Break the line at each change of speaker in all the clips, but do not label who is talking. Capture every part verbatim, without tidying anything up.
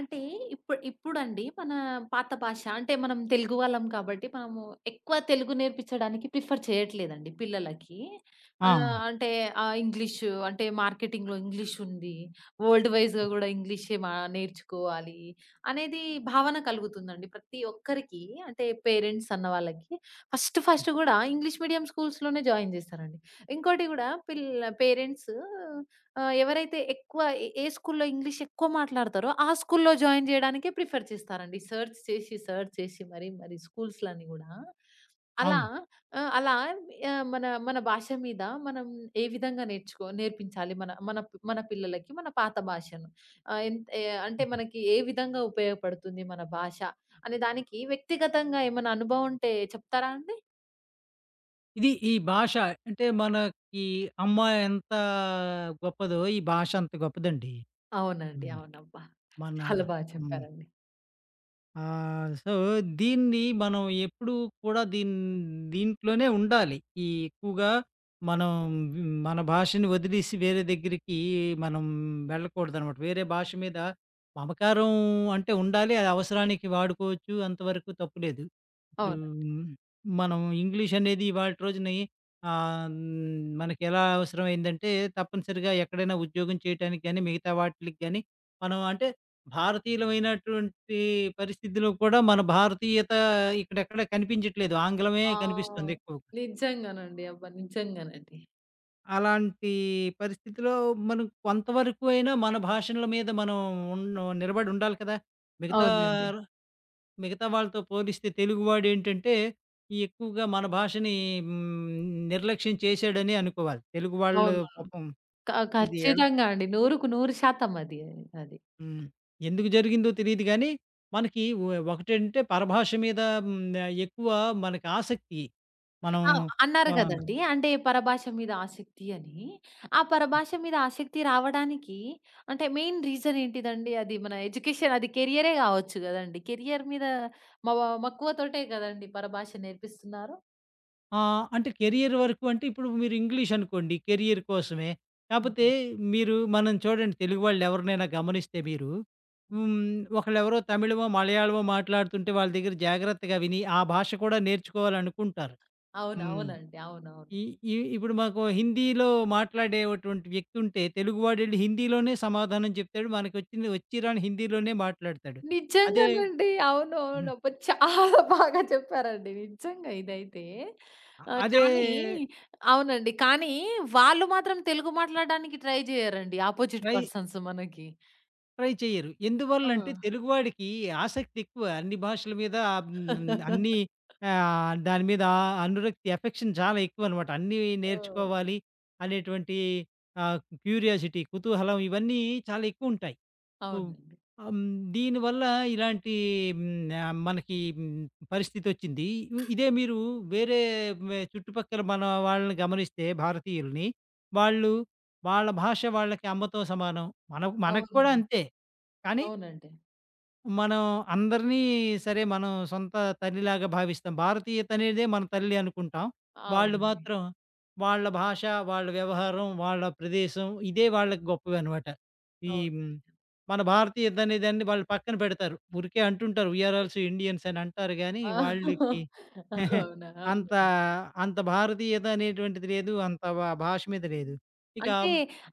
అంటే ఇప్పుడు ఇప్పుడండి మన పాత భాష అంటే మనం తెలుగు వాళ్ళం కాబట్టి మనము ఎక్కువ తెలుగు నేర్పించడానికి ప్రిఫర్ చేయట్లేదండి పిల్లలకి.
ఆ!
ఆహ్, అంటే ఆహ్, ఇంగ్లీషు అంటే మార్కెటింగ్‌లో ఇంగ్లీష్ ఉంది. వరల్డ్ వైస్‌గా గూడా ఇంగ్లీషే మా నేర్చుకోవాలి అనేది భావన కలుగుతుందండి ప్రతి ఒక్కరికి. అంటే పేరెంట్స్ అన్న వాళ్ళకి ఫస్ట్ ఫస్ట్ గూడా ఇంగ్లీష్ మీడియం స్కూల్స్‌లోనే జాయిన్ జేస్తారండి. ఇంకోటి గూడా పిల్ల పేరెంట్స్. ఆ, ఎవరైతే ఎక్కువ ఏ ఏ స్కూల్‌లో ఇంగ్లీష్ ఎక్కువ మాట్లాడతారో, ఆ స్కూల్‌లో జాయిన్ జేయడానికే ప్రిఫర్ చేస్తారండి. సెర్చ్ చేసి, సెర్చ్ చేసి మరి, మరి స్కూల్స్‌లని గూడా. అలా.
అవును.
ఆ, అలా ఆహ్, మన మన భాష మీద మనం ఏ విధంగా నేర్చుకో నేర్పించాలి మన మన పి- మన పిల్లలకి మన పాత భాషను. ఆహ్, ఎంత్ ఆహ్, అంటే
హుహు.
మనకి ఏ విధంగా ఉపయోగపడుతుంది మన భాష అనే దానికి వ్యక్తిగతంగా ఏమైనా అనుభవం ఉంటే చెప్తారా అండి?
ఇది ఈ భాష అంటే మనకి అమ్మ ఎంత గొప్పదో, ఈ భాష అంత గొప్పదండి.
అవునండి.
హ్మ్.
అవునబ్బా!
మన
చాలా బాగా
హ్మ్.
చెప్పారండి.
ఆ! సో, దీన్ని మనం ఎప్పుడూ కూడా దీన్ దీంట్లోనే ఉండాలి. ఈ ఎక్కువగా మనం హ్మ్, మన భాషని వదిలేసి వేరే దగ్గరికి మనం వెళ్ళకూడదనమాట. వేరే భాష మీద మమకారం అంటే ఉండాలి. అది అవసరానికి వాడుకోవచ్చు. అంతవరకు తప్పులేదు. ఇప్పుడు
అవును.
మ్, మనం ఇంగ్లీష్ అనేది ఇవాల్టి రోజుని ఆహ్, హ్మ్, మనకెలా అవసరమైందంటే తప్పనిసరిగా ఎక్కడైనా ఉద్యోగం చేయటానికి గాని, మిగతా వాటిలికి గాని మనం అంటే భారతీయులమైనటువంటి పరిస్థితిలో కూడా మన భారతీయత ఇక్కడెక్కడ కనిపించట్లేదు. ఆంగ్లమే కనిపిస్తుంది
ఆ!
ఎక్కువగా.
నిజంగానండి. అబ్బా! నిజంగానండి.
అలాంటి పరిస్థితిలో మనం కొంతవరకు అయినా మన భాషల మీద మనం ఉన్ నిలబడి ఉండాలి కదా! మిగతా
అవునండి,
మిగతా వాళ్ళతో పోలిస్తే తెలుగువాడేంటంటే ఎక్కువగా మన భాషని హ్మ్, నిర్లక్ష్యం చేశాడని అనుకోవాలి. తెలుగు వాళ్ళు
అవునవును.
పాపం
క
ఇది.
ఖచ్చితంగా అండి. వందకు వంద శాతం అది. అది.
హ్మ్. ఎందుకు జరిగిందో తెలీదు గానీ, మనకి ఒ ఒకటంటే పరభాష మీద హ్మ్, ఎక్కువ మనకి ఆసక్తి. మనం
ఆ, అన్నారు
ఆహ్,
గదండీ, అంటే పరభాష మీద ఆసక్తి అని. ఆ పరభాష మీద ఆసక్తి రావడానికి అంటే మెయిన్ రీజన్ ఏంటిదండి? అది మన ఎడ్యుకేషన్ అది కెరియరే గావచ్చు గదండీ. కెరియర్ మీద మవ మక్కువతోటే గదండీ పరభాష నేర్పిస్తున్నారు.
ఆహ్, అంటే కెరియర్ వరకు అంటే ఇప్పుడు మీరు ఇంగ్లీష్ అనుకోండి కెరియర్ కోసమే. కాపోతే
హుహు.
మీరు మనం చూడండి తెలుగు వాళ్ళెవరినైనా గమనిస్తే మీరు హ్మ్, ఒకళ్ళెవరో తమిళమో, మలయాళమో మాట్లాడుతుంటే వాళ్ళ దగ్గర జాగ్రత్తగా విని, ఆ భాష కూడా నేర్చుకోవాలనుకుంటారు.
అవును.
హ్మ్.
అవునండి, అవునవును.
ఈ ఈ ఇప్పుడు మాకు హిందీలో మాట్లాడేటువంటి వ్యక్తి ఉంటే, తెలుగువాడు ఎళ్లి హిందీలోనే సమాధానం చెప్తాడు. మనకొచ్చింది వచ్చి రాని హిందీలోనే మాట్లాడతాడు. అదే.
నిజంగానండి, అవునవును.
హ్మ్.
అబ్బా! చాలా బాగా చెప్పారండి. నిజంగా ఇదైతే. ఆహ్,
అదే
కానీ అవునండి. కానీ వాళ్ళు మాత్రం తెలుగు మాట్లాడడానికి ట్రై జేయరండి. అపోజిట్
రై
పర్సన్స్ మనకి.
ట్రై చెయ్యరు.
ఆ!
ఎందువల్లంటే తెలుగువాడికి ఆసక్తి ఎక్కువ. అన్ని భాషల మీద హ్మ్, అన్ని ఆహ్, దాని మీద అనురక్తి, ఎఫెక్షన్ చాలా ఎక్కువనమాట. అన్నీ
ఆ!
నేర్చుకోవాలి అనేటువంటి ఆహ్, క్యూరియాసిటీ, కుతూహలం ఇవన్నీ చాలా ఎక్కువుంటాయి. సో,
అవునండి.
ఆహ్, హ్మ్, దీనివల్ల ఇలాంటి హ్మ్, ఆహ్, మనకి హ్మ్, పరిస్థితొచ్చింది. ఇ ఇదే మీరు వేరే వె చుట్టుపక్కల మన వాళ్ళని గమనిస్తే భారతీయుల్ని, వాళ్ళు వాళ్ళ భాష వాళ్ళకి అమ్మతో సమానం. మన మనకు కూడా
అవును.
అంతే. కానీ
అవునండి.
మనం అందరినీ సరే మనం సొంత తల్లిలాగా భావిస్తాం. భారతీయతనేదే మన తల్లి అనుకుంటాం. వాళ్ళు
అవునండి.
మాత్రం వాళ్ళ భాష, వాళ్ళ వ్యవహారం, వాళ్ళ ప్రదేశం ఇదే వాళ్ళకి గొప్పవనమాట. ఈ
అవును.
హ్మ్, మన భారతీయతనేదాన్ని వాళ్ళు పక్కన పెడతారు. ఊరికే అంటుంటారు. వి ఆర్ ఆల్సో ఇండియన్స్ అని అంటారు గానీ వాళ్ళకి
ఆ, అవునా!
అంత,
అవునండి.
అంత భారతీయత అనేటువంటిది లేదు. అంత భా భాష మీద లేదు. ఇక
అంటే,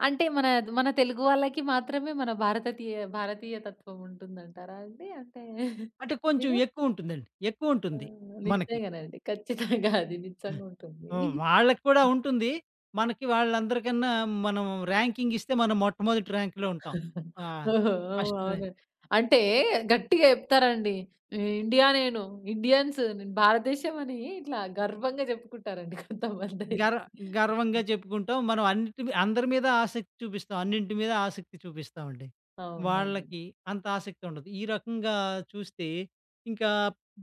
అంటే మన, మన తెలుగు వాళ్ళకి మాత్రమే మన భారతతీయ భారతీయ తత్వం ఉంటుందంటారా అండి? అంటే
అంటే కొంచెం
మీరు?
ఎక్కువుంటుందండి.
ఆ!
ఎక్కువుంటుంది మనకి.
నిజంగానండి. ఖచ్చితంగా అది నిజంగా ఉంటుంది.
హ్మ్. వాళ్ళకి కూడా ఉంటుంది. మనకి వాళ్ళందరికన్నా మనం ర్యాంకింగ్ ఇస్తే మనం మొట్టమొదటి ర్యాంక్‌లో ఉంటాం. ఆ!
ఓహో! అవును.
First rank.
అవును. అంటే గట్టిగా చెప్తారండి. ఇండియా నేను, ఇండియన్స్ నేను భారతదేశం అని ఇట్లా గర్వంగా చెప్పుకుంటారండి కొంతమందయితే.
గర్వ గర్వంగా చెప్పుకుంటాం. మనం అన్నిటి మీ అందరి మీద ఆసక్తి చూపిస్తాం. అన్నింటి మీద ఆసక్తి చూపిస్తామండి.
అవునవునండి.
వాళ్ళకి అంత ఆసక్తి ఉండదు. ఈ రకంగా చూస్తే ఇంకా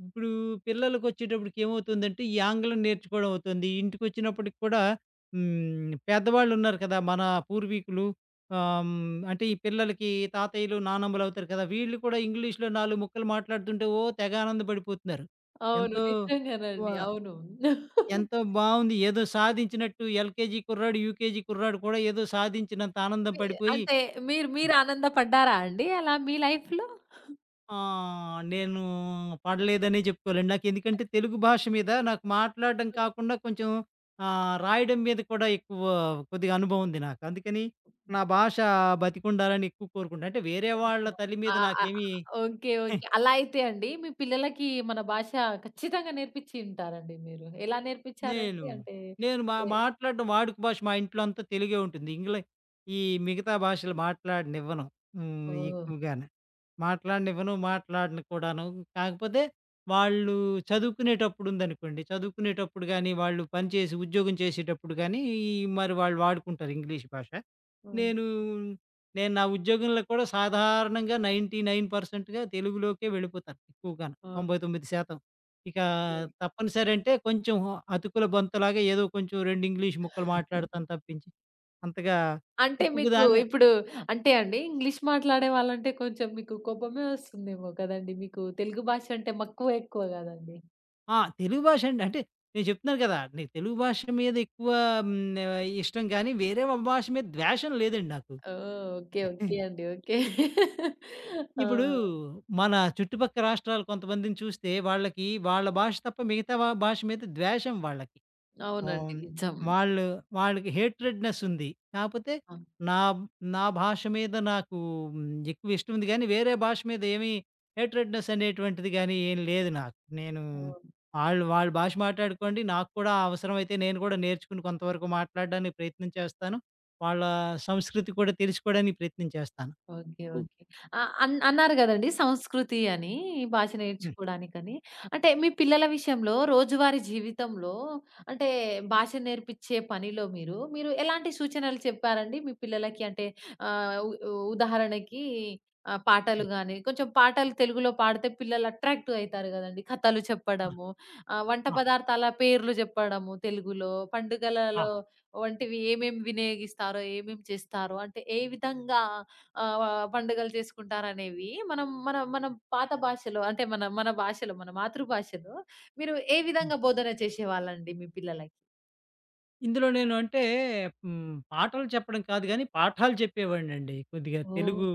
ఇప్పుడు పిల్లలకొచ్చేటప్పటికి ఏమవుతుందంటే, ఈ ఆంగ్లం నేర్చుకోవడం అవుతుంది. ఇంటికొచ్చినప్పటికి కూడా హ్మ్. పెద్దవాళ్ళున్నారు కదా! మన పూర్వీకులు ఆహ్, హ్మ్. అంటే ఈ పిల్లలకి తాతయ్యలు, నానమ్మలు అవుతారు కదా! వీళ్ళు కూడా ఇంగ్లీష్‌లో నాలుగు ముక్కలు మాట్లాడుతుంటే ఓ తెగ ఆనందపడిపోతున్నారు.
అవును.
ఎంతో వ
నిజంగానండి. అవును.
ఎంతో బావుంది. ఏదో సాధించినట్టు ఎల్‌కేజీ కుర్రాడు, యూకేజీ కుర్రాడు కూడా ఏదో సాధించినంత ఆనందం
మీ
పడిపోయి,
అంటే మీరు మీరు ఆనందపడ్డారా అండి అలా మీ లైఫ్‌లో?
ఆహ్, నేను పడలేదనే చెప్పుకోవాలండి. నాకెందుకంటే తెలుగు భాష మీద నాకు మాట్లాడడం కాకుండా కొంచెం ఆహ్, రాయడం మీద కూడా ఎక్కువ కొద్దిగా అనుభవం ఉంది నాకు. అందుకని నా భాష బతికుండాలని ఎక్కువ కోరుకుంటా. అంటే వేరే వాళ్ళ తల్లి
ఆ!
మీద
ఆ!
నాకేమీ.
Okay, okay. అలా అయితే అండి మీ పిల్లలకి మన భాష ఖచ్చితంగా నేర్పించి ఉంటారండి మీరు. ఎలా నేర్పించారండి?
నేను,
అంటే.
నేను మా
ఏ.
మాట్లాడడం వాడుక భాష మా ఇంట్లో అంతా తెలుగే ఉంటుంది. ఇంగ్లీ ఈ మిగతా భాషలు మాట్లాడనివ్వను. హ్మ్.
ఓహ్!
ఎక్కువగాను. మాట్లాడనివ్వను, మాట్లాడను కూడాను. కాకపోతే వాళ్ళు చదువుకునేటప్పుడుందనుకోండి, చదువుకునేటప్పుడు గానీ, వాళ్ళు పని చేసి ఉద్యోగం చేసేటప్పుడు గానీ, మరి వాళ్ళు వాడుకుంటారు ఇంగ్లీష్ భాష.
హ్మ్.
నేను, నేను నా ఉద్యోగంలో కూడా సాధారణంగా తొంభై తొమ్మిది శాతం తెలుగులోకే వెళ్ళిపోతాను ఎక్కువగాను. తొంభై తొమ్మిది శాతం ఇక
ఓకే.
తప్పనిసరి అంటే కొంచెం అతుకుల బొంతలాగా ఏదో కొంచెం రెండు ఇంగ్లీష్ ముక్కలు మాట్లాడతాను తప్పించి, అంతగా
అంటే
ఎక్కువగా
మీకు
దాని
ఇప్పుడు అంటే అండి ఇంగ్లీష్ మాట్లాడే వాళ్ళంటే కొంచెం మీకు కోపమే వస్తుందేమో కదండీ! మీకు తెలుగు భాష అంటే మక్కువ ఎక్కువ గదండీ!
ఆ! తెలుగు భాష అండి. అంటే నేను చెప్తున్నాను కదా! నీకు తెలుగు భాష మీద ఎక్కువ హ్మ్, ఆహ్, ఇష్టం గానీ, వేరే ఒక భాష మీద ద్వేషం లేదండి నాకు.
ఓహ్! ఓకే. ఓకే అండి. ఓకే. ఆ!
ఇప్పుడు మన చుట్టుపక్క రాష్ట్రాలు కొంతమందిని చూస్తే వాళ్ళకి వాళ్ళ భాష తప్ప మిగతా వ భాష మీద ద్వేషం వాళ్ళకి. ఆహ్,
అవునండి, నిజం.
వాళ్ళు వాళ్ళకి హేట్రెడ్‌నెస్ ఉంది. కాపోతే
ఆ!
నా నా భాష మీద నాకు హ్మ్, ఎక్కువ ఇష్టం ఉంది గానీ, వేరే భాష మీద ఏమీ హేట్రెడ్‌నెస్ అనేటువంటిది గానీ ఏం లేదు నాకు. నేను
ఓహ్!
ఆళ్ళు వాళ్ళ భాష మాట్లాడుకోండి. నాకు కూడా అవసరమైతే నేను కూడా నేర్చుకుని కొంతవరకు మాట్లాడడానికి ప్రయత్నం చేస్తాను. వాళ్ళ సంస్కృతి కూడా తెలుసుకోవడానికి ప్రయత్నం చేస్తాను.
ఓకే. ఓకే. ఆ! అన్ అన్నారు గదండీ, సంస్కృతి అని, భాష
హ్మ్.
నేర్చుకోడానికని. అంటే మీ పిల్లల విషయంలో రోజువారీ జీవితంలో అంటే భాష నేర్పిచ్చే పనిలో మీరు, మీరు ఎలాంటి సూచనలు చెప్పారండి మీ పిల్లలకి? అంటే ఆహ్, ఉ ఉదాహరణకి ఆహ్,
ఆ!
పాటలు గాని, కొంచెం పాటలు తెలుగులో పాడితే పిల్లలు అట్రాక్ట్ అయితారు గదండీ. కథలు
ఆ!
చెప్పడము, ఆహ్, వంట
ఆ!
పదార్థాల పేర్లు జెప్పడము తెలుగులో,
ఆ!
పండుగలలో వంటివి ఏమేమి వినియోగిస్తారో, ఏమేమి చేస్తారో, అంటే ఏ విధంగా ఆహ్, పండుగలు చేసుకుంటారనేవి మనం మన మన పాత భాషలో అంటే మన మన భాషలో మన మాతృభాషలో మీరు ఏ విధంగా బోధన చేసేవాళ్ళండి మీ పిల్లలకి?
ఇందులో నేను అంటే హ్మ్. పాటలు చెప్పడం కాదు గానీ, పాఠాలు చెప్పేవాడినండి. కొద్దిగా
ఓహ్!
తెలుగు,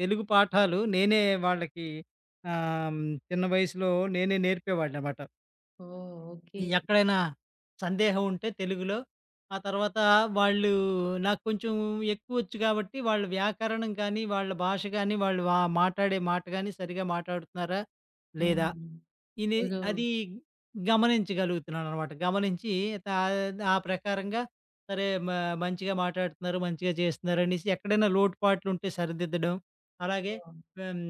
తెలుగు పాఠాలు నేనే వాళ్ళకి ఆహ్, హ్మ్. చిన్న వయసులో నేనే నేర్పేవాడిననమాట.
ఓహ్, ఓకే.
ఎక్కడైనా సందేహం ఉంటే తెలుగులో, ఆ తర్వాత వాళ్ళు నాకు కొంచెం ఎక్కువొచ్చు కాబట్టి, వాళ్ళ వ్యాకరణం కానీ, వాళ్ళ భాష గానీ, వాళ్ళు ఆహ్, మాట్లాడే మాట గానీ, సరిగ్గా మాట్లాడుతున్నారా లేదా?
అవును.
ఇది
ఓహ్!
అది గమనించగలుగుతున్నాననమాట. గమనించి తా ఆ ప్రకారంగా సరే మ మంచిగా మాట్లాడుతున్నారు, మంచిగా చేస్తున్నారనేసి ఎక్కడైనా లోటుపాట్లుంటే సరిదిద్దడం. అలాగే
ఆ!
హ్మ్.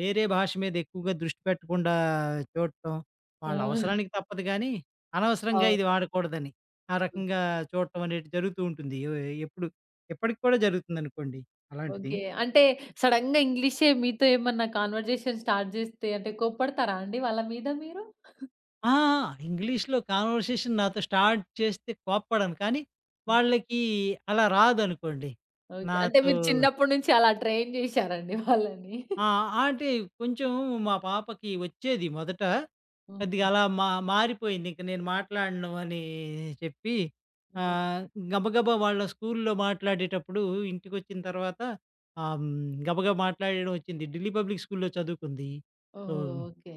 వేరే భాష మీద ఎక్కువగా దృష్టి పెట్టకుండా చూడటం. వాళ్ళ అవసరానికి తప్పదు గానీ, అనవసరంగా ఇది
అవును.
వాడకూడదని. ఆ
ఓకే,
రకంగా చూడటం అనేది జరుగుతూ ఉంటుంది. ఎ ఎప్పుడు ఎప్పటికి కూడా జరుగుతుందనుకోండి అలాంటిది.
ఓకే. అంటే సడెన్‌గా ఇంగ్లీషే మీతో ఏమన్నా కాన్వర్జేషన్ స్టార్ట్ చేస్తే అంటే కోప్పడతారా అండి వాళ్ళ మీద మీరు?
ఆ! ఇంగ్లీష్‌లో కాన్వర్సేషన్ నాతో స్టార్ట్ చేస్తే కోప్పడను. కానీ, వాళ్ళకి అలా రాదనుకోండి.
ఓకే. అంటే
నాతో
మీరు చిన్నప్పటి నుంచి అలా ట్రైన్ చేశారండి వాళ్ళని.
ఆ! అంటే కొంచెం మా పాపకి వచ్చేది మొదట. కొద్దిగా
హ్మ్.
అలా మా మారిపోయింది. ఇంక నేను మాట్లాడను అని చెప్పి
హ్మ్.
ఆహ్, గబగబా వాళ్ళ స్కూల్‌లో మాట్లాడేటప్పుడు ఇంటికొచ్చిన తర్వాత ఆహ్, హ్మ్, గబగబా మాట్లాడడం వచ్చింది. ఢిల్లీ పబ్లిక్ స్కూల్‌లో చదువుకుంది. So
oh! ఓకే.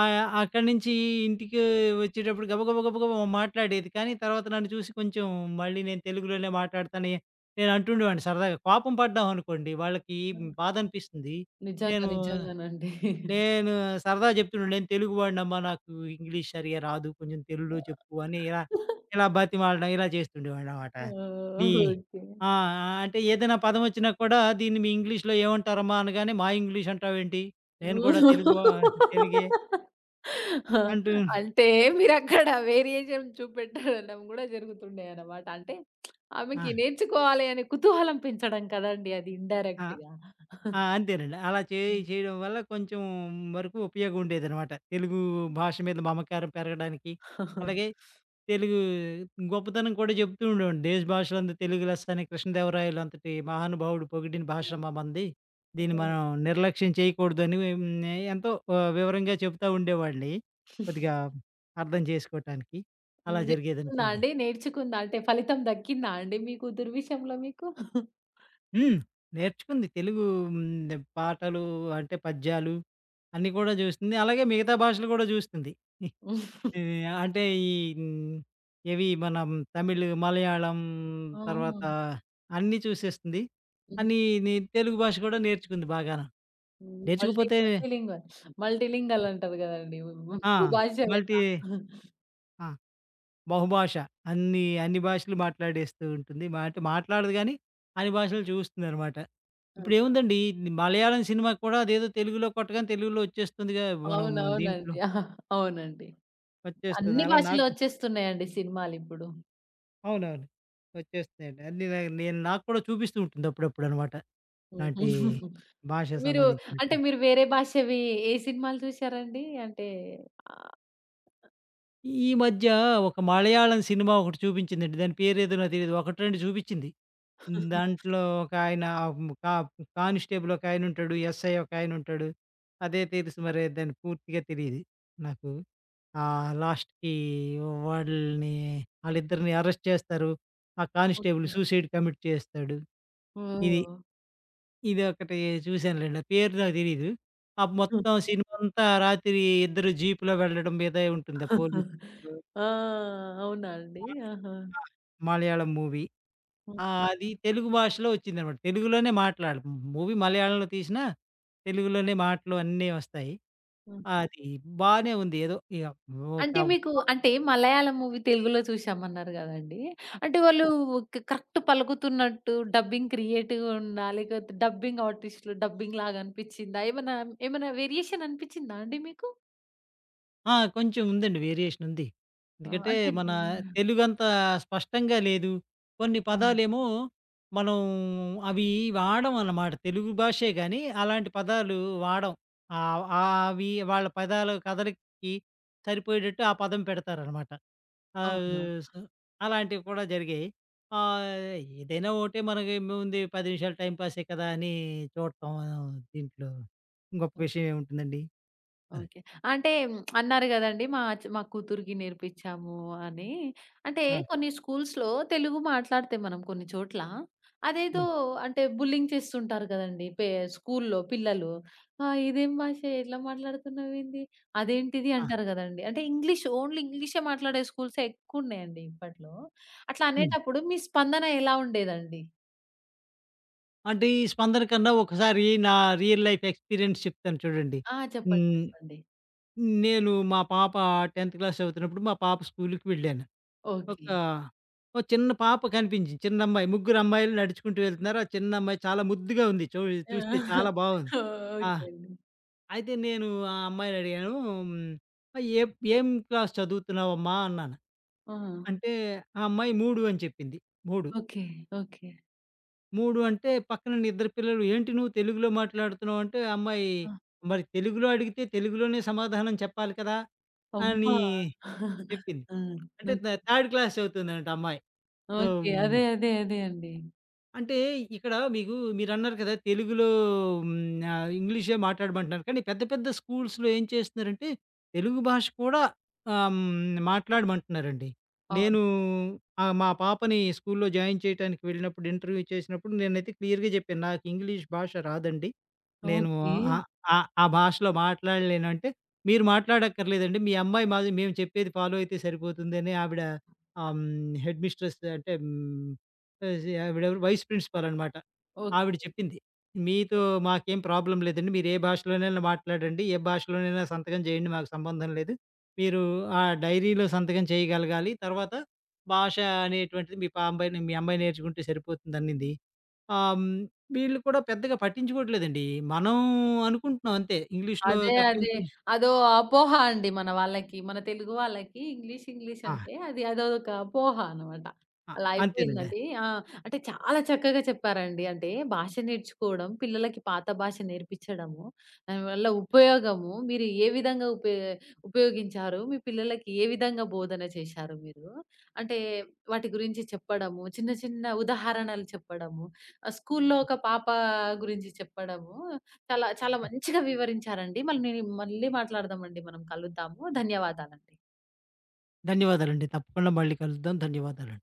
ఆ! అక్కడి నుంచి ఇంటికి వచ్చేటప్పుడు గబగబ గబగబా మాట్లాడేది. కానీ తర్వాత నన్ను చూసి కొంచెం మళ్ళీ నేను తెలుగులోనే మాట్లాడతాను. నేను అంటుండేవాడిని సరదాగా. కోపం పడ్డామనుకోండి వాళ్ళకి బాధనిపిస్తుంది.
నిజంగా,
నేను,
నిజంగానండి.
నేను సరదా చెప్తుండే, "నేను తెలుగువాడినమ్మా, నాకు ఇంగ్లీష్ సరిగ్గా రాదు. కొంచెం తెలుగులో చెప్పు" అని ఇలా, ఇలా బతిమాలడం ఇలా చేస్తుండేవాడినన్నమాట. నీ
ఓహ్! ఓకే.
ఆ! ఆ, అంటే ఏదైనా పదం వచ్చినా కూడా, "దీన్ని మీ ఇంగ్లీష్‌లో ఏమంటారమ్మా?" అనగానే, "మా ఇంగ్లీష్ అంటావేంటి? నేను కూడా తెలుగు వా- తెలుగే"
ఆ!
అంటూ.
అంటే మీరక్కడ వేరియేషన్ చూపెట్టడం గూడా జరుగుతుండేయనమాట. అంటే
ఆ!
ఆమెకి నేర్చుకోవాలి అనే కుతూహలం పెంచడం కదండీ అది
ఆ!
ఇండైరెక్ట్‌గా.
ఆ! అంతేనండి. అలా చే
హ్మ్.
చేయడం వల్ల కొంచెం వరకు ఉపయోగం ఉండేదనమాట. తెలుగు భాష మీద మమకారం పెరగడానికి. అలాగే తెలుగు గొప్పతనం కూడా చెప్తూ ఉండేవాడిని. "దేశ భాషలందు తెలుగు లెస్స" అని కృష్ణదేవరాయలంతటి మహానుభావుడు పొగిడిన భాష మ మనది. దీన్ని
హ్మ్.
మనం నిర్లక్ష్యం చేయకూడదు అని హ్మ్, ఎంతో ఆహ్, వివరంగా చెప్తా ఉండేవాడిని. కొద్దిగా అర్థం చేసుకోటానికి. అలా
నేర్చుకుందా
జరిగేదనుకోండి.
అండి? నేర్చుకుందా? అంటే ఫలితం దక్కిందా అండి మీ కూతురు విషయంలో మీకు?
హ్మ్. నేర్చుకుంది తెలుగు. హ్మ్. పాటలు అంటే పద్యాలు అన్నీ కూడా చూస్తుంది. అలాగే మిగతా భాషలు కూడా చూస్తుంది. ఈ అంటే ఈ హ్మ్. ఏవి మన తమిళ్, మలయాళం
ఆ!
తర్వాత అన్నీ చూసేస్తుంది. అన్నీ నీ తెలుగు భాష కూడా నేర్చుకుంది బాగాను.
హ్మ్. మల్టీ
నేర్చుకపోతే
మల్టీ లింగ్వల్. మల్టీ లింగల్ అంటారు గదండీ.
ఆ!
భూ భాషలేట.
మల్టీ ఆ! బహుభాష. అన్ని, అన్ని భాషలు మాట్లాడేస్తూ ఉంటుంది. మా అంటే మాట్లాడదు గానీ, అన్ని భాషలు చూస్తుందనమాట.
ఆహా!
ఇప్పుడేముందండి మలయాళం సినిమా కూడా అదేదో తెలుగులో కొట్టగానే తెలుగులో వచ్చేస్తుందిగా మనం దీంట్లో
అవునవునండి. ఆహా! అవునండి.
వచ్చేస్తుంది.
అన్ని
అలా
భాషలో
నాకు
వచ్చేస్తున్నాయండి సినిమాలిప్పుడు.
అవునవును. వచ్చేస్తున్నాయండి. అన్నీ నే నేను నాకు కూడా చూపిస్తూ ఉంటుంది అప్పుడప్పుడనమాట.
హ్మ్.
ఇలాంటి భాషకు
మీరు అంటే
సంబంధించినటువంటి.
మీరు వేరే భాషవి ఏ సినిమాలు చూసారండి? అంటే ఆహ్,
ఈ మధ్య ఒక మలయాళం సినిమా ఒకటి చూపించిందండి. దాని పేరేదో నాకు తెలీదు. ఒకటి, రెండు చూపించింది. దాంట్లో ఒకాయన కా కానిస్టేబుల్ ఒకాయనుంటాడు. ఎస్ఐ ఒకాయనుంటాడు. అదే తెలుసు మరి దాని పూర్తిగా తెలీదు నాకు. ఆహ్, లాస్ట్‌కి వాళ్ళని ఆళ్ళిద్దరిని అరెస్ట్ చేస్తారు. ఆ కానిస్టేబుల్
ఓకే.
సూసైడ్ కమిట్ చేస్తాడు. ఇది.
ఓహ్!
ఇదొకటి చూశానులెండి. ఆ పేరు నాకు తెలీదు. ఆ మొత్తం సినిమా అంతా రాత్రి ఇద్దరు జీప్‌లో వెళ్ళడం మీదే ఉంటుంది. ఆ పోలీస్ జీప్‌లో.
ఆ! అవునా అండి? ఆహా!
ఆ! మలయాళం మూవీ.
హ్మ్.
ఆహ్, అది తెలుగు భాషలో వచ్చిందనమాట. తెలుగులోనే మాట్లాడు మూవీ మలయాళంలో తీసినా, తెలుగులోనే మాటలు అన్నీ వస్తాయి. అది బానే ఉంది. ఏదో ఇగ ఒక
అంటే మీకు అంటే మలయాళం మూవీ తెలుగులో చూసామన్నారు గదండీ! అంటే వాళ్ళు క్ కరెక్ట్ పలుకుతున్నట్టు డబ్బింగ్ క్రియేటివ్‌గా ఉందా? లేకపోతే డబ్బింగ్ ఆర్టిస్ట్‌లు డబ్బింగ్ లాగా అనిపిచ్చిందా? ఏమన్నా ఏమన్నా వేరియేషన్ అనిపిచ్చిందా అండి మీకు?
ఆ! కొంచెం ఉందండి వేరియేషన్ ఉంది.
ఆ!
ఎందుకంటే
అంటే
మన
హ్మ్.
తెలుగంత స్పష్టంగా లేదు. కొన్ని
అవును.
పదాలేమో మనం అవి వాడం అన్నమాట. తెలుగు భాషే గానీ, అలాంటి పదాలు వాడం. ఆహ్, ఆవి వాళ్ళ పదాల కదలికకి సరిపోయేటట్టు ఆ పదం పెడతారనమాట. ఆహ్,
అవునా!
సో, అలాంటివి కూడా జరిగాయి. ఆహ్, ఏదైనా ఒకటే మనకేముంది పది నిమిషాలు టైమ్ పాసే కదా! అని చూడటం దీంట్లో గొప్ప విషయం ఏముంటుందండి. అదే.
ఓకే. అంటే మ్, అన్నారు గదండీ! మా చ్ మా కూతురికి నేర్పించాము అని. అంటే
ఆ!
కొన్ని స్కూల్స్‌లో తెలుగు మాట్లాడితే మనం కొన్ని చోట్ల, అదేదో
హ్మ్.
అంటే బుల్లింగ్ చేస్తుంటారు గదండీ! పే స్కూల్‌లో పిల్లలు. "ఆ! ఇదేం భాషే? ఇట్లా మాట్లాడుతున్నావేంది? అదేంటిది?"
ఆ!
అంటారు గదండీ! అంటే ఇంగ్లీష్ ఓన్లీ ఇంగ్లీషే మాట్లాడే స్కూల్సే ఎక్కువున్నాయండి ఇప్పట్లో. అట్లా
హ్మ్.
అనేటప్పుడు మీ స్పందన ఎలా ఉండేదండి?
అంటే ఈ 'స్పందన' కన్నా ఒకసారి నా రియల్ లైఫ్ ఎక్స్‌పీరియన్స్ చెప్తాను చూడండి.
ఆ! చెప్పండి,
హ్మ్.
చెప్పండి.
నేను మా పాప టెన్త్ క్లాస్ చదువుతున్నప్పుడు మా పాప స్కూలుకి వెళ్ళాను. ఒక
ఓకే.
ఓ చిన్న పాప కనిపించింది. చిన్న అమ్మాయి. ముగ్గురు అమ్మాయిలు నడుచుకుంటూ వెళ్తున్నారు. ఆ చిన్న అమ్మాయి చాలా ముద్దుగా ఉంది. చూ చూస్తే చాలా బాగుంది. ఆ!
ఓకే అండి.
అయితే నేను ఆ అమ్మాయిని అడిగాను. హ్మ్. ఏ ఏం క్లాస్ చదువుతున్నావమ్మా? అన్నాను.
ఆ!
అంటే ఆ అమ్మాయి మూడు అని చెప్పింది. మూడు.
Okay, okay.
మూడు అంటే పక్కన ఉన్న ఇద్దరు పిల్లలు ఏంటి నువ్వు తెలుగులో మాట్లాడుతున్నావు అంటే ఆ అమ్మాయి
ఆ!
మరి తెలుగులో అడిగితే తెలుగులోనే సమాధానం చెప్పాలి కదా! అని
అమ్మా!
చెప్పింది.
ఆ!
అంటే థ
ఓకే,
థర్డ్ క్లాస్ చదువుతుందట ఆ అమ్మాయి. So
okay. అదే. అదే. అదే అండి.
అంటే ఇక్కడ మీకు మీరన్నారు కదా! తెలుగులో హ్మ్. ఆహ్, ఇంగ్లీషే మాట్లాడమంటున్నారు. కానీ పెద్ద పెద్ద స్కూల్స్‌లో ఏం చేస్తున్నారంటే తెలుగు భాష కూడా ఆహ్, హ్మ్. మాట్లాడమంటున్నారండి.
అవును.
నేను ఆహ్, మా పాపని స్కూల్‌లో జాయిన్ చేయటానికి వెళ్ళినప్పుడు ఇంటర్వ్యూ చేసినప్పుడు నేనైతే క్లియర్‌గా చెప్పాను. నాకు ఇంగ్లీష్ భాష రాదండి. నేను
ఓకే,
ఆహ్, ఆహ్, ఆ భాషలో మాట్లాడలేను అంటే, "మీరు మాట్లాడక్కర్లేదండి. మీ అమ్మాయి మాది మేము చెప్పేది ఫాలో అయితే సరిపోతుంది" అని ఆవిడ ఆహ్, హ్మ్. హెడ్ మిస్ట్రెస్ అంటే హ్మ్. ఆసి ఆవిడెవరు వైస్ ప్రిన్సిపాల్ అనమాట. ఆవిడ
ఓకే.
చెప్పింది. "మీతో మాకేం ప్రాబ్లమ్ లేదండి. మీరు ఏ భాషలోనైనా మాట్లాడండి. ఏ భాషలోనైనా సంతకం చేయండి. మాకు సంబంధం లేదు. మీరు ఆ డైరీలో సంతకం చేయగలగాలి. తర్వాత భాష అనేటువంటిది మీ పా అమ్మాయి మీ అమ్మాయి నేర్చుకుంటే సరిపోతుంది" అన్నింది. ఆహ్, హ్మ్, వీళ్ళు కూడా పెద్దగా పట్టించుకోవట్లేదండి. మనం అనుకుంటున్నాం అంతే. ఇంగ్లీష్‌లో
అదే. అదే.
తప్పించి.
అదో అపోహ అండి మన వాళ్ళకి. మన తెలుగు వాళ్ళకి ఇంగ్లీష్, ఇంగ్లీష్
ఆ!
అంటే అది అదొక అపోహ అనమాట.
ఆ!
అలా
అంతేనండి.
అయిపోయిందండి. ఆ! అంటే చాలా చక్కగా చెప్పారండి. అంటే భాష నేర్చుకోవడం, పిల్లలకి పాత భాష నేర్పించడము, దానివల్ల ఉపయోగము, మీరు ఏ విధంగా ఉపయో ఉపయోగించారు? మీ పిల్లలకి ఏ విధంగా బోధన చేశారు మీరు? అంటే వాటి గురించి చెప్పడము, చిన్న చిన్న ఉదాహరణలు చెప్పడము, ఆహ్, స్కూల్లో ఒక పాప గురించి చెప్పడము చాలా చాలా మంచిగా వివరించారండి. మళ్ళీ మళ్ళీ మాట్లాడదామండి మనం. కలుద్దాము. ధన్యవాదాలండి.
ధన్యవాదాలండి. తప్పకుండా మళ్ళీ కలుద్దాం. ధన్యవాదాలు.